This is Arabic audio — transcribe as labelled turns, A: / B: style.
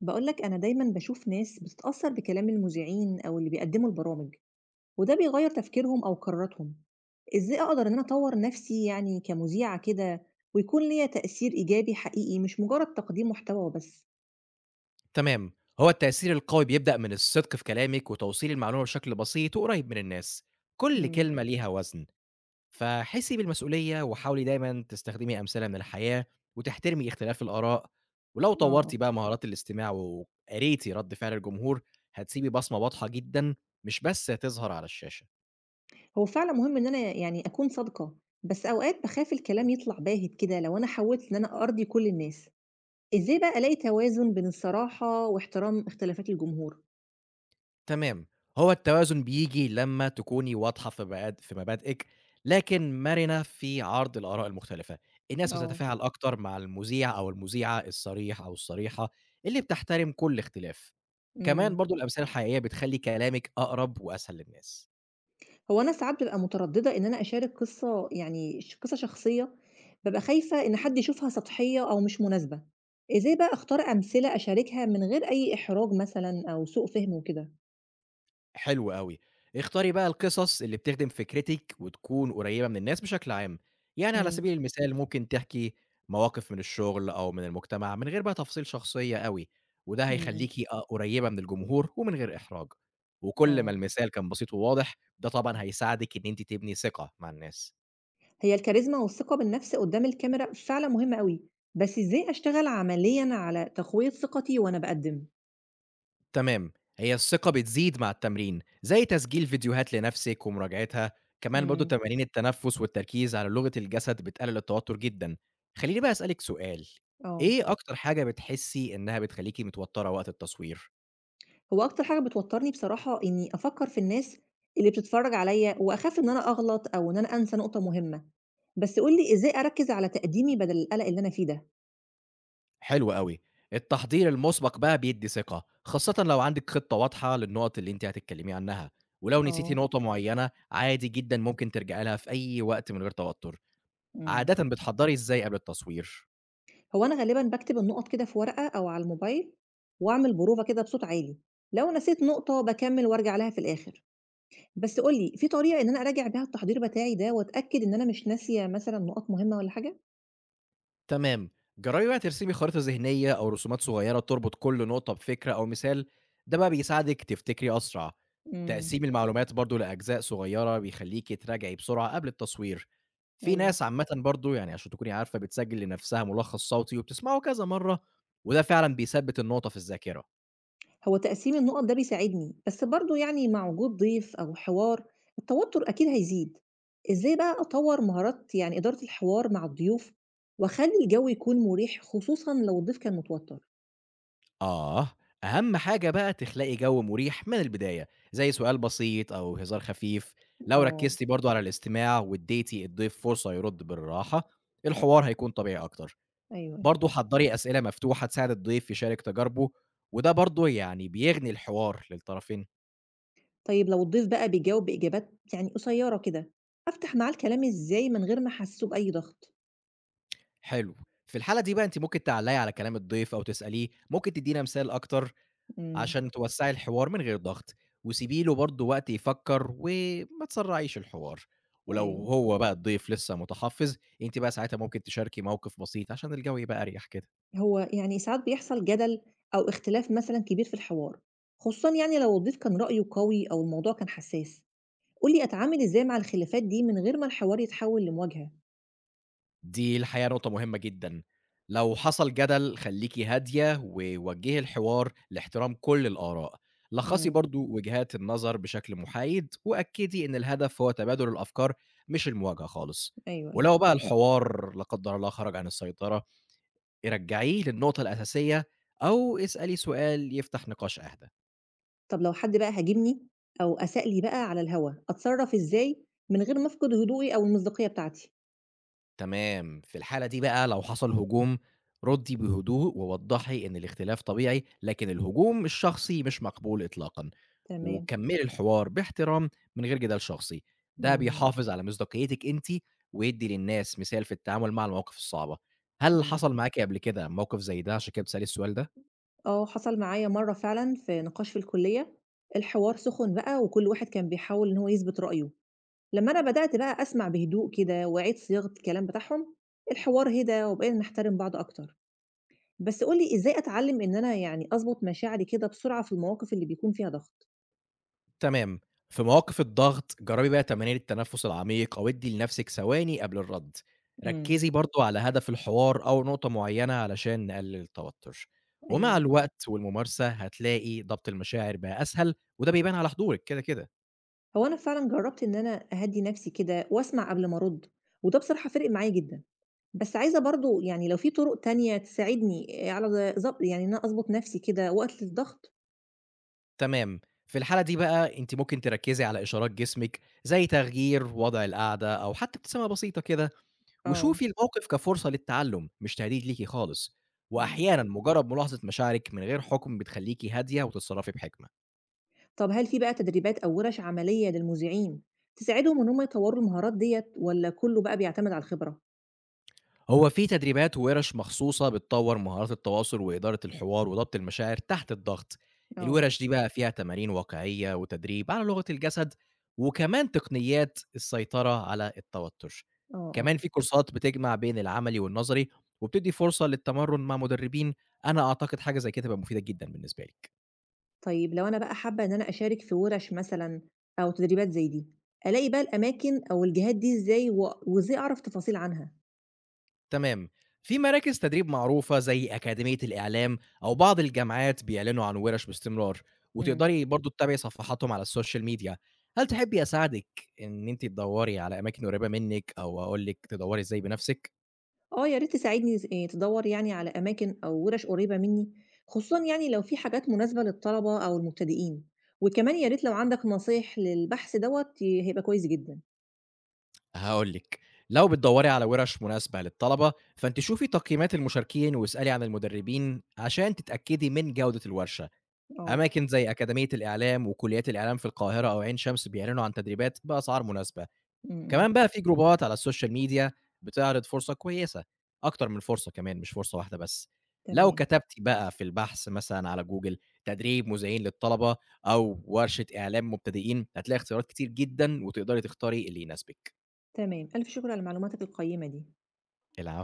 A: بقولك أنا دايما بشوف ناس بتتأثر بكلام المذيعين أو اللي بيقدموا البرامج وده بيغير تفكيرهم أو قراراتهم. إزاي أقدر إن أنا أطور نفسي يعني كمذيعة كده ويكون ليا تأثير إيجابي حقيقي مش مجرد تقديم محتوى وبس؟
B: تمام. هو التأثير القوي بيبدأ من الصدق في كلامك وتوصيل المعلومة بشكل بسيط وقريب من الناس، كل
A: امم.
B: كلمة ليها وزن. فحسي بالمسؤولية وحاولي دايما تستخدمي أمثلة من الحياة وتحترمي اختلاف الآراء، ولو
A: اه، آه.
B: طورتي بقى مهارات الاستماع وقريتي رد فعل الجمهور هتسيبي بصمة واضحة جدا، مش بس هتظهر على الشاشة.
A: هو فعلا مهم إن أنا يعني أكون صادقة، بس أوقات بخاف الكلام يطلع باهت كده لو أنا حاولت إن أنا أرضي كل الناس. إزاي بقى ألاقي توازن بين الصراحة واحترام اختلافات الجمهور؟
B: تمام، هو التوازن بييجي لمّا تكوني واضحة في مبادئِك، لكن مرنة في عرض الآراء المختلفة، الناس
A: اه.
B: بتتفاعل أكتر مع المذيع أو المذيعة الصريح أو الصريحة اللي بتحترم كل اختلاف، كمان
A: امم.
B: برضه الأمثلة الحقيقية بتخلّي كلامِك أقرب وأسهل للناس.
A: هو أنا ساعات بابقى مترددة إن أنا أشارك قصة يعني قصة شخصية، بابقى خايفة إن حد يشوفها سطحية أو مش مناسبة، إزاي بقى أختار أمثلة أشاركها من غير أي إحراج مثلًا أو سوء فهم وكده؟
B: حلو أوي. اختاري بقى القصص اللي بتخدم فكرتِك وتكون قريّبة من الناس بشكل عام. يعني على
A: إمم،
B: سبيل المثال ممكن تحكي مواقف من الشغل أو من المجتمع من غير بقى تفاصيل شخصية أوي، وده
A: إمم، إمم.
B: هيخلّيكِ قريّبة من الجمهور ومن غير إحراج. وكل ما
A: آه،
B: المثال كان بسيط وواضح، ده طبعًا هيساعدِك إن أنتِ تبني ثقة مع الناس.
A: هي الكاريزما والثقة بالنفس قدّام الكاميرا فعلًا مهمة أوي، بس إزاي أشتغل عمليًا على تقوية ثقتي وأنا باقدّم؟
B: تمام، هي الثقة بتزيد مع التمرين، زي تسجيل فيديوهات لنفسِك ومراجعتها، كمان برضه
A: إمم،
B: تمارين التنفس والتركيز على لغة الجسد بتقلل التوتر جدًا. خلّيني بقى أسألِك سؤال،
A: آه.
B: إيه أكتر حاجة بتحسّي إنها بتخلّيكِ متوترة وقت التصوير؟
A: هو أكتر حاجة بتوتّرني بصراحة إنّي أفكّر في الناس اللي بتتفرّج عليّا وأخاف إن أنا أغلط أو إن أنا أنسى نقطة مهمة. بس قُل لي إزاي أركّز على تقديمي بدل القلق اللي أنا فيه ده؟
B: حلو أوي، التحضير المُسبق بقى بيدّي ثقة، خاصةً لو عندِك خطة واضحة للنقط اللي أنتِ هتتكلمي عنها، ولو نسيتِ
A: آه،
B: نقطة معيّنة عادي جدًا ممكن ترجعي لها في أي وقت من غير توتر.
A: إمم.
B: عادةً بتحضّري إزاي قبل التصوير؟
A: هو أنا غالبًا باكتب النُقط كده في ورقة أو على الموبايل وأعمل بروفة كده بصوت عالي، لو نسيت نقطة باكمّل وأرجع لها في الآخر. بس قُل لي في طريقة إن أنا أراجع بيها التحضير بتاعي ده وأتأكد إن أنا مش ناسية مثلًا نقط مهمة والّا حاجة؟
B: تمام. جرّبي بقى ترسمي خريطة ذهنية أو رسومات صغيّرة تربط كل نقطة بفكرة أو مثال، ده بقى بيساعدِك تفتكري أسرع.
A: إمم،
B: تقسيم المعلومات برضه لأجزاء صغيّرة بيخلّيكِ تراجعي بسرعة قبل التصوير. في
A: أيوه.
B: ناس عامةً برضه يعني عشان تكوني عارفة بتسجّل لنفسها ملخص صوتي وبتسمعه كذا مرّة، وده فعلًا بيثبّت النقطة في الذاكرة.
A: هو تقسيم النقط ده بيساعدني بس برضه يعني مع وجود ضيف أو حوار التوتر أكيد هيزيد. إزاي بقى أطور مهارات يعني إدارة الحوار مع الضيوف وأخلي الجو يكون مريح خصوصا لو الضيف كان متوتر؟
B: آه، أهم حاجة بقى تخلقي جو مريح من البداية، زي سؤال بسيط أو هزار خفيف، لو
A: اه،
B: ركزتِ برضه على الاستماع واديتِ الضيف فرصة يرد بالراحة، الحوار هيكون طبيعي أكتر،
A: أيوه.
B: برضه حضّري أسئلة مفتوحة تساعد الضيف يشارك تجاربه، وده برضه يعني بيغني الحوار للطرفين.
A: طيب لو الضيف بقى بيجاوب بإجابات يعني قصيرة كده، أفتح معاه الكلام إزاي من غير ما أحسسه بأي ضغط؟
B: حلو، في الحالة دي بقى أنتِ ممكن تعلّقي على كلام الضيف أو تسأليه، ممكن تدّينا مثال أكتر
A: امم،
B: عشان توسّعي الحوار من غير ضغط، وسيبي له برضه وقت يفكّر وما تسرّعيش الحوار، ولو
A: أيوه.
B: هو بقى الضيف لسه متحفّظ، أنتِ بقى ساعتها ممكن تشاركي موقف بسيط عشان الجو يبقى أريح كده.
A: هو يعني ساعات بيحصل جدل أو اختلاف مثلا كبير في الحوار خصوصا يعني لو الضيف كان رأيه قوي أو الموضوع كان حساس، قُل لي أتعامل إزاي مع الخلافات دي من غير ما الحوار يتحول لمواجهة؟
B: دي الحقيقة نقطة مهمة جدًا، لو حصل جدل خلّيكِ هادية ووجّهي الحوار لاحترام كل الآراء، لخّصي
A: إمم،
B: برضه وجهات النظر بشكل محايد، وأكّدي إن الهدف هو تبادل الأفكار مش المواجهة خالص،
A: أيوه، أيوه.
B: ولو بقى الحوار لا قدّر الله خرج عن السيطرة رجّعيه للنقطة الأساسية أو اسألي سؤال يفتح نقاش أهدى.
A: طب لو حد بقى هاجمني أو أساء لي بقى على الهوا، أتصرّف إزاي من غير ما أفقد هدوئي أو المصداقية بتاعتي؟
B: تمام، في الحالة دي بقى لو حصل هجوم، ردّي بهدوء ووضّحي إن الاختلاف طبيعي، لكن الهجوم الشخصي مش مقبول إطلاقًا،
A: تمام،
B: وكمّلي الحوار باحترام من غير جدال شخصي، ده
A: إمم،
B: بيحافظ على مصداقيتِك أنتِ ويدّي للناس مثال في التعامل مع المواقف الصعبة. هل
A: إمم.
B: حصل معاكِ قبل كده موقف زي ده عشان كده بتسألي السؤال ده؟
A: آه، حصل معايا مرّة فعلًا في نقاش في الكلية، الحوار سخن بقى وكل واحد كان بيحاول إن هو يثبت رأيه، لمّا أنا بدأت بقى أسمع بهدوء كده وأعيد صياغة الكلام بتاعهم، الحوار هدا وبقينا نحترم بعض أكتر. بس قُل لي إزاي أتعلّم إن أنا يعني أضبط مشاعري كده بسرعة في المواقف اللي بيكون فيها ضغط؟
B: تمام. في مواقف الضغط، جرّبي بقى تمارين التنفس العميق أو ادّي لنفسِك ثواني قبل الرد.
A: إمم.
B: ركّزي برضه على هدف الحوار أو نقطة معيّنة علشان نقلل التوتر. ومع
A: أيوه.
B: الوقت والممارسة هتلاقي ضبط المشاعر بقى أسهل وده بيبان على حضورِك كده.
A: هو أنا فعلًا جرّبت إن أنا أهدّي نَفْسي كده وأسمع قبل ما أرُد، وده بصراحة فِرِق معايا جدًا. بس عايزة برضه يعني لو في طُرُق تانية تساعدني على ض ضب يعني إن أنا أضبط نَفْسي كده وقت الضغط؟
B: تمام. في الحالة دي بقى أنتِ ممكن تركّزي على إشارات جسمِك زي تغيير وضع القعدة أو حتى ابتسامة بسيطة كده
A: آه.
B: وشوفي الموقف كفرصة للتعلم مش تهديد ليكِ خالص،
A: إمم.
B: وأحيانًا مجرد ملاحظة مشاعرِك من غير حكم بتخلّيكِ هادية وتتصرفي بحكمة.
A: طَب هل في بقى تدريبات أو وِرَش عملية للمذيعين تساعدهم إن هم يطوّروا المهارات ديّة والّا كُلّه بقى بيعتمد على الخبرة؟
B: هو في تدريبات وورش مخصوصة بتطور مهارات التواصل وإدارة الحوار وضبط المشاعر تحت الضغط،
A: آه.
B: الورش دي بقى فيها تمارين واقعية وتدريب على لغة الجسد، وكمان تقنيات السيطرة على التوتر.
A: آه، آه.
B: كمان في كورسات بتجمع بين العملي والنظري، وبتدّي فرصة للتمرن مع مدربين، أنا أعتقد حاجة زي كده تبقى مفيدة جدًا بالنسبة لِك.
A: طيب لو أنا بقى حابة إن أنا أشارك في وِرَش مثلًا أو تدريبات زي دي، ألاقي بقى الأماكن أو الجهات دي إزاي و وإزاي أعرف تفاصيل عنها؟
B: تمام. في مراكز تدريب معروفة زي أكاديمية الإعلام أو بعض الجامعات بيعلنوا عن ورش باستمرار،
A: إمم.
B: وتقدري برضه تتابعي صفحاتهم على السوشيال ميديا. هل تحبي أساعدك إن أنتِ تدوّري على أماكن قريبة منِّك أو أقول لِك تدوّري إزاي بنفسِك؟
A: آه، يا ريت تساعدني ز تدوّر يعني على أماكن أو وِرَش قريبة منّي، خصوصًا يعني لو في حاجات مناسبة للطلبة أو المبتدئين، وكمان يا ريت لو عندك نصايح للبحث دوّة ي هيبقى كويس جدًا.
B: هاقول لِك، لو بتدوّري على ورش مناسبة للطلبة، فأنتِ شوفي تقييمات المشاركين واسألي عن المدربين عشان تتأكدي من جودة الورشة.
A: آه،
B: أماكن زي أكاديمية الإعلام وكليات الإعلام في القاهرة أو عين شمس بيعلنوا عن تدريبات بأسعار مناسبة.
A: إمم، إمم.
B: كمان بقى في جروبات على السوشيال ميديا بتعرض فرصة كويسة، أكتر من فرصة كمان مش فرصة واحدة بس. لو
A: تمام،
B: كتبتِ بقى في البحث مثلًا على جوجل تدريب مذيعين للطلبة أو ورشة إعلام مبتدئين، هتلاقي اختيارات كتير جدًا وتقدري تختاري اللي يناسبِك.
A: تمام. ألف شكر على معلوماتك القيّمة دي.
B: العفو.